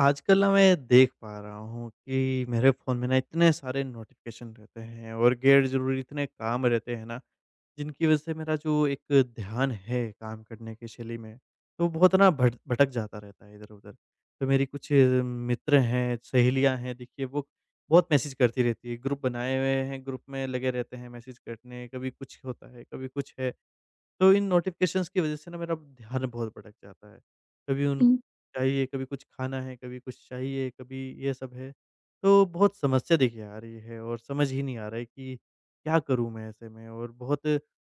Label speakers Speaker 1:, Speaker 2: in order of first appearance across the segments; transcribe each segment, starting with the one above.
Speaker 1: आजकल ना मैं देख पा रहा हूँ कि मेरे फ़ोन में ना इतने सारे नोटिफ़िकेशन रहते हैं और गैर ज़रूरी इतने काम रहते हैं ना, जिनकी वज़ह से मेरा जो एक ध्यान है काम करने की शैली में, तो बहुत ना भट भटक जाता रहता है इधर-उधर। तो मेरी कुछ मित्र हैं, सहेलियाँ हैं, देखिए वो बहुत मैसेज करती रहती है, ग्रुप बनाए हुए हैं, ग्रुप में लगे रहते हैं मैसेज करने, कभी कुछ होता है, कभी कुछ है। तो इन नोटिफ़िकेशंस की वज़ह से ना मेरा ध्यान बहुत भटक जाता है। कभी उनको
Speaker 2: हुँ।
Speaker 1: चाहिए, कभी कुछ खाना है, कभी कुछ चाहिए, कभी ये सब है। तो बहुत समस्या देखिए आ रही है और समझ ही नहीं आ रहा है कि क्या करूँ मैं ऐसे में, और बहुत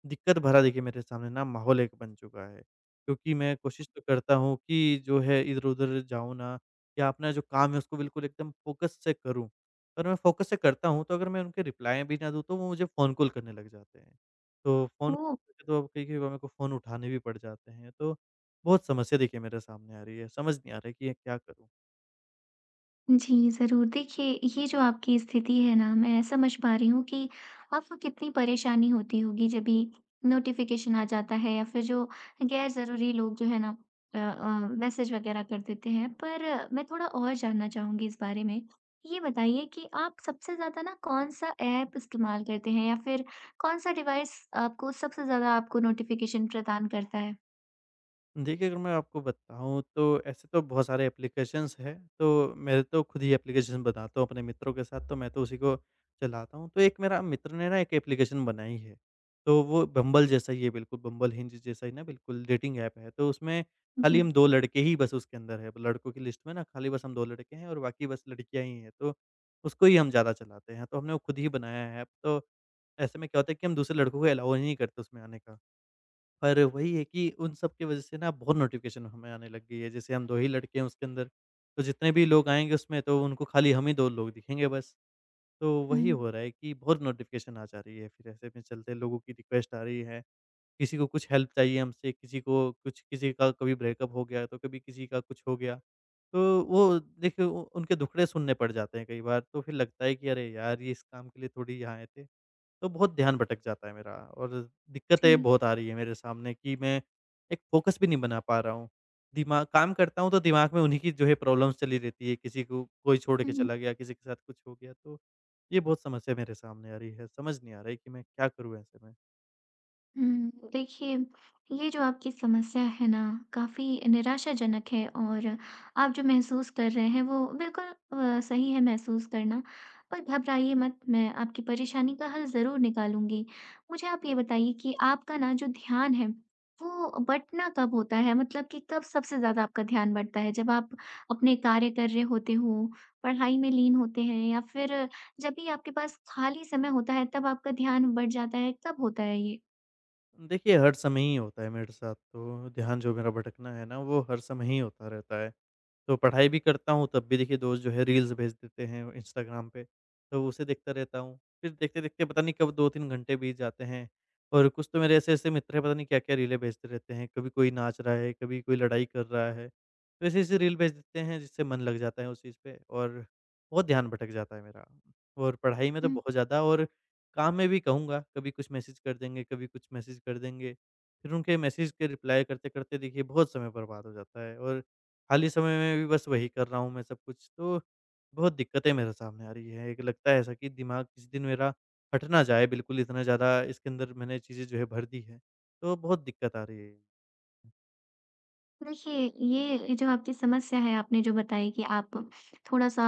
Speaker 1: दिक्कत भरा देखिए मेरे सामने ना माहौल एक बन चुका है। क्योंकि मैं कोशिश तो करता हूँ कि जो है इधर-उधर जाऊँ ना, या अपना जो काम है उसको बिल्कुल एकदम फ़ोकस से करूँ। पर मैं फ़ोकस से करता हूँ, तो अगर मैं उनके रिप्लाई भी ना दूँ तो वो मुझे फ़ोन कॉल करने लग जाते हैं। तो फ़ोन
Speaker 2: ओह!
Speaker 1: तो अब कई कई बार मेरे को फ़ोन उठाने भी पड़ जाते हैं, तो बहुत समस्या देखिए मेरे सामने आ रही है, समझ नहीं आ रहा है कि ये क्या करूँ?
Speaker 2: जी, ज़रूर। देखिए, ये जो आपकी स्थिति है ना, मैं समझ पा रही हूँ कि आपको कितनी परेशानी होती होगी जब भी नोटिफ़िकेशन आ जाता है या फिर जो गैर ज़रूरी लोग जो है ना मैसेज वग़ैरह कर देते हैं। पर मैं थोड़ा और जानना चाहूँगी इस बारे में। ये बताइए कि आप सबसे ज़्यादा ना कौन-सा ऐप इस्तेमाल करते हैं या फिर कौन-सा डिवाइस आपको सबसे ज़्यादा आपको नोटिफ़िकेशन प्रदान करता है?
Speaker 1: देखिए, अगर मैं आपको बताऊँ तो ऐसे तो बहुत सारे एप्लीकेशंस हैं। तो मैं तो खुद ही एप्लीकेशन बनाता हूँ अपने मित्रों के साथ, तो मैं तो उसी को चलाता हूँ। तो एक मेरा मित्र ने ना एक एप्लीकेशन बनाई है, तो वो बम्बल जैसा ही है बिल्कुल, बम्बल हिंज जैसा ही ना बिल्कुल डेटिंग ऐप है। तो उसमें
Speaker 2: जी।
Speaker 1: खाली हम 2 लड़के ही बस उसके अंदर हैं, लड़कों की लिस्ट में ना खाली बस हम 2 लड़के हैं और बाकी बस लड़कियाँ ही हैं। तो उसको ही हम ज़्यादा चलाते हैं, तो हमने वो खुद ही बनाया है ऐप। तो ऐसे में क्या होता है कि हम दूसरे लड़कों को अलाउ ही नहीं करते उसमें आने का। पर वही है कि उन सब की वजह से ना बहुत नोटिफ़िकेशन हमें आने लग गई है। जैसे हम 2 ही लड़के हैं उसके अंदर, तो जितने भी लोग आएँगे उसमें तो उनको खाली हम ही 2 लोग दिखेंगे बस। तो वही
Speaker 2: हुँ।
Speaker 1: हो रहा है कि बहुत नोटिफ़िकेशन आ जा रही है, फिर ऐसे में चलते लोगों की रिक्वेस्ट आ रही है। किसी को कुछ हेल्प चाहिए हमसे, किसी को कुछ, किसी का कभी ब्रेकअप हो गया, तो कभी किसी का कुछ हो गया। तो वो देखिए उ उनके दुखड़े सुनने पड़ जाते हैं कई बार, तो फिर लगता है कि अरे यार! ये इस काम के लिए थोड़ी यहाँ आए थे। तो बहुत ध्यान भटक जाता है मेरा और
Speaker 2: जी।
Speaker 1: दिक्कतें बहुत आ रही है मेरे सामने कि मैं एक फ़ोकस भी नहीं बना पा रहा हूँ। दिमाग काम करता हूँ तो दिमाग में उन्हीं की जो है प्रॉब्लम्स चली रहती है, किसी को कोई छोड़
Speaker 2: हुँ,
Speaker 1: के
Speaker 2: हुँ।
Speaker 1: चला गया, किसी के साथ कुछ हो गया, तो ये बहुत समस्या मेरे सामने आ रही है। समझ नहीं आ रहा है कि मैं क्या करूँ ऐसे में?
Speaker 2: देखिए, ये जो आपकी समस्या है ना, काफ़ी निराशाजनक है और आप जो महसूस कर रहे हैं, वो बिल्कुल सही है महसूस करना। पर घबराइए मत, मैं आपकी परेशानी का हल ज़रूर निकालूँगी। मुझे आप ये बताइए कि आपका ना जो ध्यान है, वो बँटना कब होता है? मतलब कि कब सबसे ज़्यादा आपका ध्यान बँटता है? जब आप अपने कार्य कर रहे होते हो, पढ़ाई में लीन होते हैं या फिर जब भी आपके पास खाली समय होता है, तब आपका ध्यान बँट जाता है, कब होता है ये?
Speaker 1: देखिए, हर समय ही होता है मेरे साथ तो, ध्यान जो मेरा भटकना है ना वो हर समय ही होता रहता है। तो पढ़ाई भी करता हूँ तब भी देखिए दोस्त जो है रील्स भेज देते हैं इंस्टाग्राम पे, तो उसे देखता रहता हूँ। फिर देखते-देखते पता नहीं कब 2-3 घंटे बीत जाते हैं, और कुछ तो मेरे ऐसे-ऐसे मित्र हैं, पता नहीं क्या-क्या रीलें भेजते रहते हैं। कभी कोई नाच रहा है, कभी कोई लड़ाई कर रहा है। तो ऐसी-ऐसी रील भेज देते हैं जिससे मन लग जाता है उस चीज़ पे और बहुत ध्यान भटक जाता है मेरा। और पढ़ाई में तो बहुत ज़्यादा, और काम में भी कहूँगा, कभी कुछ मैसेज कर देंगे, कभी कुछ मैसेज कर देंगे। फिर उनके मैसेज के रिप्लाई करते-करते देखिए बहुत समय बर्बाद हो जाता है, और खाली समय में भी बस वही कर रहा हूँ मैं सब कुछ, तो बहुत दिक्कतें मेरे सामने आ रही हैं। एक लगता है ऐसा कि दिमाग किसी दिन मेरा हट ना जाए बिल्कुल, इतना ज़्यादा इसके अंदर मैंने चीज़ें जो है भर दी हैं, तो बहुत दिक्कत आ रही है।
Speaker 2: देखिए, ये जो आपकी समस्या है आपने जो बताई कि आप थोड़ा-सा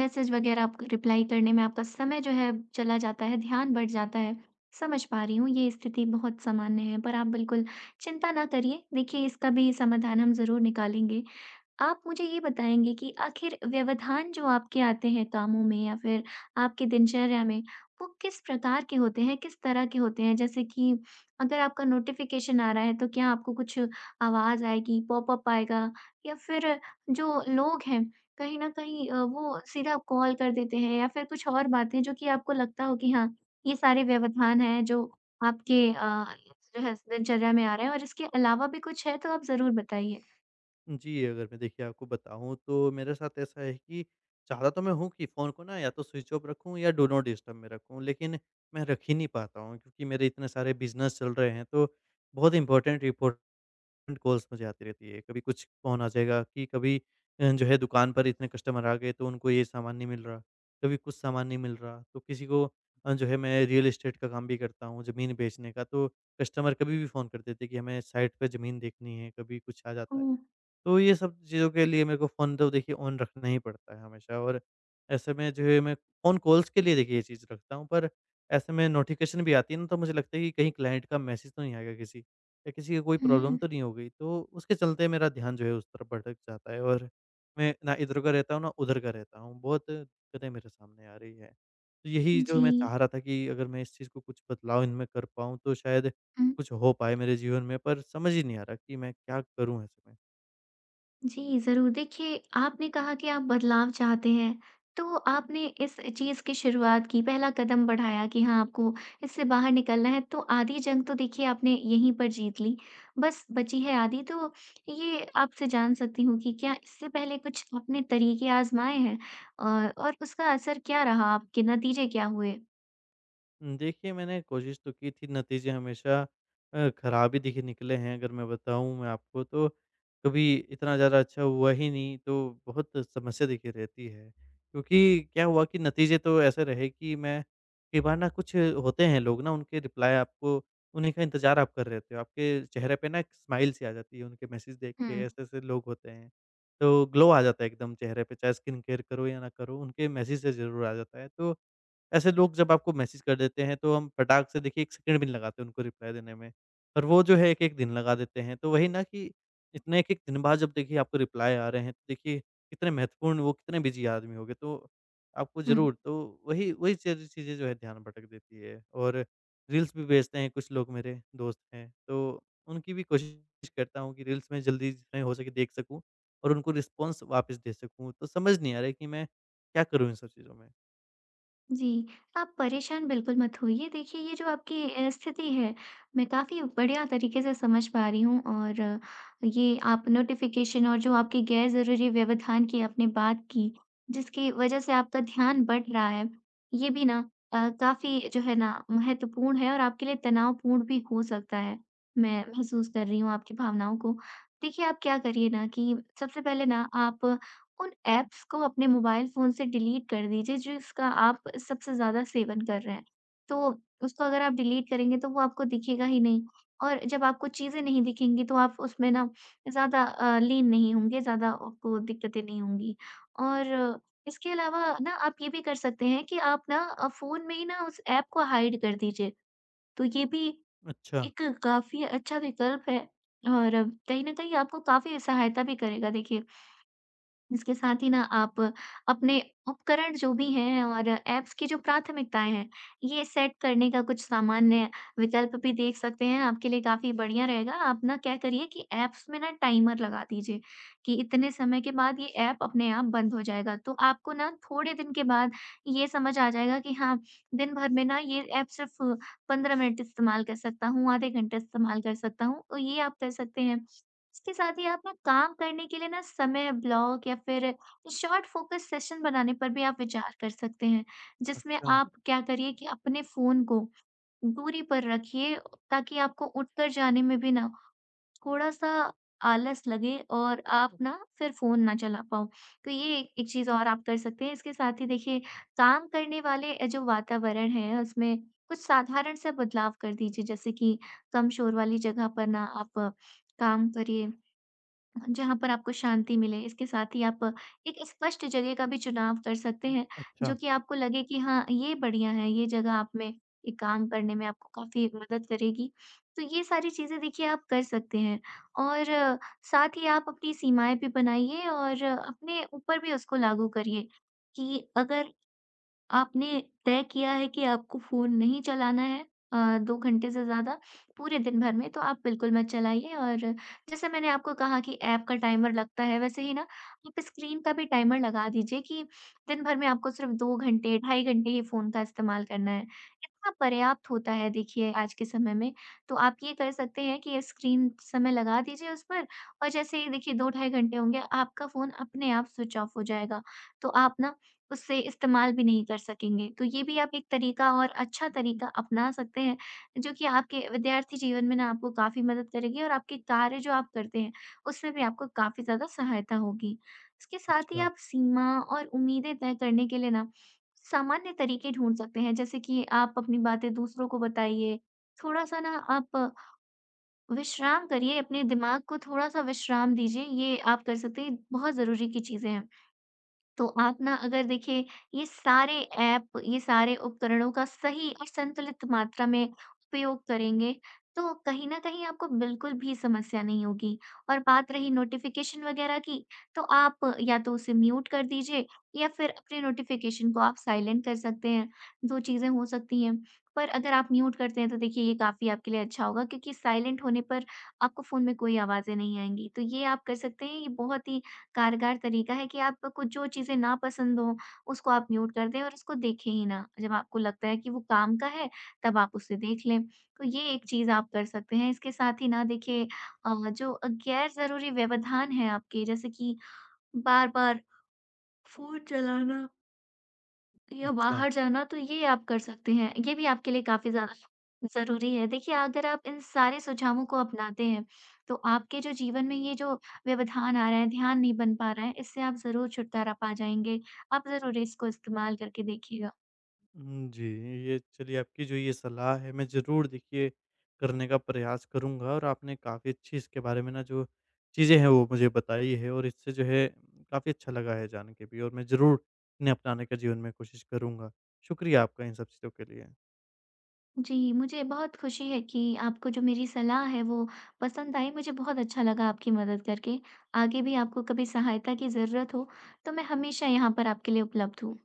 Speaker 2: मैसेज वगैरह आप रिप्लाई करने में आपका समय जो है चला जाता है, ध्यान बँट जाता है। समझ पा रही हूँ ये स्थिति बहुत सामान्य है, पर आप बिल्कुल चिंता ना करिए। देखिए, इसका भी समाधान हम ज़रूर निकालेंगे। आप मुझे ये बताएँगे कि आखिर व्यवधान जो आपके आते हैं कामों में या फिर आपकी दिनचर्या में, वो किस प्रकार के होते हैं, किस तरह के होते हैं? जैसे कि अगर आपका नोटिफ़िकेशन आ रहा है, तो क्या आपको कुछ आवाज़ आएगी, पॉपअप आएगा या फिर जो लोग हैं, कहीं न कहीं वो सीधा कॉल कर देते हैं या फिर कुछ और बातें जो कि आपको लगता हो कि हाँ, ये सारे व्यवधान हैं जो आपके जो है दिनचर्या में आ रहे हैं, और इसके अलावा भी कुछ है तो आप ज़रूर बताइए?
Speaker 1: जी, अगर मैं देखिए आपको बताऊँ तो मेरे साथ ऐसा है कि चाहता तो मैं हूँ कि फ़ोन को ना या तो स्विच ऑफ रखूँ या डू नॉट डिस्टर्ब में रखूँ, लेकिन मैं रख ही नहीं पाता हूँ, क्योंकि मेरे इतने सारे बिज़नेस चल रहे हैं, तो बहुत इम्पोर्टेंट इम्पोर्टेंट कॉल्स मुझे आती रहती है। कभी कुछ फ़ोन आ जाएगा कि कभी जो है दुकान पर इतने कस्टमर आ गए तो उनको ये सामान नहीं मिल रहा, कभी कुछ सामान नहीं मिल रहा। तो किसी को जो है, मैं रियल एस्टेट का काम भी करता हूँ, ज़मीन बेचने का, तो कस्टमर कभी भी फ़ोन कर देते हैं कि हमें साइट पे ज़मीन देखनी है, कभी कुछ आ जाता है।
Speaker 2: ओह!
Speaker 1: तो ये सब चीज़ों के लिए मेरे को फ़ोन तो देखिए ऑन रखना ही पड़ता है हमेशा। और ऐसे में जो है मैं फ़ोन कॉल्स के लिए देखिए ये चीज़ रखता हूँ, पर ऐसे में नोटिफ़िकेशन भी आती है ना, तो मुझे लगता है कि कहीं क्लाइंट का मैसेज तो नहीं आएगा किसी, या किसी की कोई प्रॉब्लम
Speaker 2: हुँ।
Speaker 1: तो नहीं हो गई, तो उसके चलते मेरा ध्यान जो है उस तरफ भटक जाता है। और मैं ना इधर का रहता हूँ ना उधर का रहता हूँ, बहुत दिक्कतें मेरे सामने आ रही है। तो यही जो
Speaker 2: जी।
Speaker 1: मैं चाह रहा था कि अगर मैं इस चीज़ को कुछ बदलाव इनमें कर पाऊँ तो शायद
Speaker 2: हुँ।
Speaker 1: कुछ हो पाए मेरे जीवन में, पर समझ ही नहीं आ रहा कि मैं क्या करूँ ऐसे में।
Speaker 2: जी, ज़रूर। देखिए, आपने कहा कि आप बदलाव चाहते हैं, तो आपने इस चीज़ की शुरुआत की, पहला कदम बढ़ाया कि हाँ, आपको इससे बाहर निकलना है, तो आधी जंग तो देखिए आपने यहीं पर जीत ली, बस बची है आधी। तो ये आपसे जान सकती हूँ कि क्या इससे पहले कुछ आपने तरीके आज़माए हैं? और उसका असर क्या रहा? आपके नतीजे क्या हुए?
Speaker 1: देखिए, मैंने कोशिश तो की थी, नतीजे हमेशा ख़राब ही देखिए निकले हैं, अगर मैं बताऊँ मैं आपको तो, कभी इतना ज़्यादा अच्छा हुआ ही नहीं, तो बहुत समस्या देखिए रहती है। क्योंकि क्या हुआ कि नतीजे तो ऐसे रहे कि मैं, कई बार ना कुछ होते हैं लोग ना, उनके रिप्लाई आपको, उन्हीं का इंतज़ार आप कर रहे होते हो, आपके चेहरे पे ना एक स्माइल सी आ जाती है उनके मैसेज देख के,
Speaker 2: हुँ,
Speaker 1: ऐसे-ऐसे लोग होते हैं। तो ग्लो आ जाता है एकदम चेहरे पे, चाहे स्किन केयर करो या ना करो, उनके मैसेज से ज़रूर आ जाता है। तो ऐसे लोग जब आपको मैसेज कर देते हैं तो हम फटाक से देखिए 1 सेकंड भी नहीं लगाते उनको रिप्लाई देने में। पर वो जो है 1-1 दिन लगा देते हैं। तो वही ना कि इतने 1-1 दिन बाद जब देखिए आपको रिप्लाई आ रहे हैं तो देखिए कितने महत्वपूर्ण, वो कितने बिज़ी आदमी होंगे। तो आपको
Speaker 2: हुँ।
Speaker 1: ज़रूर तो वही वही सारी चीज़ें जो है ध्यान भटक देती है। और रील्स भी भेजते हैं कुछ लोग, मेरे दोस्त हैं, तो उनकी भी कोशिश करता हूँ कि रील्स में जल्दी जितना हो सके देख सकूँ और उनको रिस्पॉन्स वापस दे सकूँ। तो समझ नहीं आ रहा है कि मैं क्या करूँ इन सब चीज़ों में?
Speaker 2: जी, आप परेशान बिल्कुल मत होइए। देखिए, ये जो आपकी स्थिति है, मैं काफ़ी बढ़िया तरीके से समझ पा रही हूँ। और ये आप नोटिफ़िकेशन और जो आपके गैर ज़रूरी व्यवधान की आपने बात की, जिसकी वजह से आपका ध्यान बँट रहा है, ये भी ना काफ़ी जो है ना महत्वपूर्ण है और आपके लिए तनावपूर्ण भी हो सकता है। मैं महसूस कर रही हूँ आपकी भावनाओं को। देखिए, आप क्या करिए ना कि सबसे पहले ना आप उन ऐप्स को अपने मोबाइल फ़ोन से डिलीट कर दीजिए जिसका आप सबसे ज़्यादा सेवन कर रहे हैं। तो उसको अगर आप डिलीट करेंगे तो वो आपको दिखेगा ही नहीं, और जब आपको चीज़ें नहीं दिखेंगी तो आप उसमें ना ज़्यादा लीन नहीं होंगे, ज़्यादा आपको दिक्कतें नहीं होंगी। और इसके अलावा ना आप ये भी कर सकते हैं कि आप ना फ़ोन में ही ना उस ऐप को हाइड कर दीजिए, तो ये भी
Speaker 1: अच्छा।
Speaker 2: एक काफ़ी अच्छा विकल्प है और कहीं न कहीं आपको काफ़ी सहायता भी करेगा देखिए। इसके साथ ही ना आप अपने उपकरण जो भी हैं और ऐप्स की जो प्राथमिकताएँ हैं, ये सेट करने का कुछ सामान्य विकल्प भी देख सकते हैं, आपके लिए काफ़ी बढ़िया रहेगा। आप ना क्या करिए कि ऐप्स में ना टाइमर लगा दीजिए कि इतने समय के बाद ये ऐप अपने आप बंद हो जाएगा। तो आपको ना थोड़े दिन के बाद ये समझ आ जाएगा कि हाँ, दिन भर में ना ये ऐप सिर्फ़ 15 मिनट इस्तेमाल कर सकता हूँ, आधे घंटे इस्तेमाल कर सकता हूँ, तो ये आप कर सकते हैं। इसके साथ ही आप ना काम करने के लिए ना समय ब्लॉक या फिर शॉर्ट फोकस सेशन बनाने पर भी आप विचार कर सकते हैं, जिसमें
Speaker 1: अच्छा।
Speaker 2: आप क्या करिए कि अपने फोन को दूरी पर रखिए ताकि आपको उठकर जाने में भी ना थोड़ा सा आलस लगे और आप ना फिर फोन ना चला पाओ। तो ये एक चीज और आप कर सकते हैं। इसके साथ ही देखिए, काम करने वाले जो वातावरण है उसमें कुछ साधारण सा बदलाव कर दीजिए, जैसे कि कम शोर वाली जगह पर ना आप काम करिए जहाँ पर आपको शांति मिले। इसके साथ ही आप एक स्पष्ट जगह का भी चुनाव कर सकते
Speaker 1: हुँ,
Speaker 2: हैं, जो
Speaker 1: अच्छा,
Speaker 2: कि आपको लगे कि हाँ, ये बढ़िया है, ये जगह आप में ये काम करने में आपको काफ़ी मदद करेगी। तो ये सारी चीज़ें देखिए आप कर सकते हैं और साथ ही आप अपनी सीमाएँ भी बनाइए और अपने ऊपर भी उसको लागू करिए कि अगर आपने तय किया है कि आपको फ़ोन नहीं चलाना है अ, 2 घंटे से ज़्यादा पूरे दिन भर में, तो आप बिल्कुल मत चलाइए। और जैसे मैंने आपको कहा कि ऐप का टाइमर लगता है, वैसे ही ना आप स्क्रीन का भी टाइमर लगा दीजिए कि दिन भर में आपको सिर्फ़ 2 घंटे, ढाई घंटे ही फ़ोन का इस्तेमाल करना है। इतना पर्याप्त होता है देखिए आज के समय में। तो आप ये कर सकते हैं कि स्क्रीन समय लगा दीजिए उस पर, और जैसे ही देखिए 2 ढाई घंटे होंगे, आपका फ़ोन अपने आप स्विच ऑफ हो जाएगा। तो आप ना उससे इस्तेमाल भी नहीं कर सकेंगे। तो ये भी आप एक तरीका और अच्छा तरीका अपना सकते हैं, जो कि आपके विद्यार्थी जीवन में ना आपको काफ़ी मदद करेगी, और आपके कार्य जो आप करते हैं, उसमें भी आपको काफ़ी ज़्यादा सहायता होगी। इसके साथ ही
Speaker 1: अच्छा,
Speaker 2: आप सीमा और उम्मीदें तय करने के लिए ना सामान्य तरीके ढूँढ सकते हैं, जैसे कि आप अपनी बातें दूसरों को बताइए, थोड़ा-सा ना आप विश्राम करिए, अपने दिमाग को थोड़ा-सा विश्राम दीजिए, ये आप कर सकते हैं, बहुत ज़रूरी की चीज़ें हैं। तो आप ना अगर देखिए ये सारे ऐप, ये सारे उपकरणों का सही और संतुलित मात्रा में उपयोग करेंगे, तो कहीं न कहीं आपको बिल्कुल भी समस्या नहीं होगी। और बात रही नोटिफ़िकेशन वगैरह की, तो आप या तो उसे म्यूट कर दीजिए या फिर अपने नोटिफ़िकेशन को आप साइलेंट कर सकते हैं, 2 चीज़ें हो सकती हैं। पर अगर आप म्यूट करते हैं तो देखिए ये काफ़ी आपके लिए अच्छा होगा, क्योंकि साइलेंट होने पर आपको फ़ोन में कोई आवाज़ें नहीं आएँगी। तो ये आप कर सकते हैं, ये बहुत ही कारगर तरीका है कि आप कुछ जो चीज़ें नापसंद हों, उसको आप म्यूट कर दें और उसको देखें ही ना। जब आपको लगता है कि वो काम का है, तब आप उसे देख लें। तो ये एक चीज़ आप कर सकते हैं। इसके साथ ही ना देखिए जो गैर ज़रूरी व्यवधान है आपके, जैसे कि बार-बार फ़ोन चलाना या
Speaker 1: अच्छा।
Speaker 2: बाहर जाना, तो ये आप कर सकते हैं। ये भी आपके लिए काफ़ी ज़्यादा ज़रूरी है। देखिए, अगर आप इन सारे सुझावों को अपनाते हैं, तो आपके जो जीवन में ये जो व्यवधान आ रहा है, ध्यान नहीं बन पा रहा है, इससे आप ज़रूर छुटकारा पा जाएँगे। आप ज़रूर इसको इस्तेमाल करके देखिएगा।
Speaker 1: जी, ये चलिए, आपकी जो ये सलाह है मैं ज़रूर देखिए करने का प्रयास करूँगा, और आपने काफ़ी अच्छी इसके बारे में ना जो चीज़ें हैं वो मुझे बताई है, और इससे जो है काफ़ी अच्छा लगा है जान के भी, और मैं ज़रूर इन्हें अपनाने का जीवन में कोशिश करूँगा। शुक्रिया आपका इन सब चीज़ों के लिए।
Speaker 2: जी, मुझे बहुत खुशी है कि आपको जो मेरी सलाह है वो पसंद आई। मुझे बहुत अच्छा लगा आपकी मदद करके। आगे भी आपको कभी सहायता की ज़रूरत हो, तो मैं हमेशा यहाँ पर आपके लिए उपलब्ध हूँ।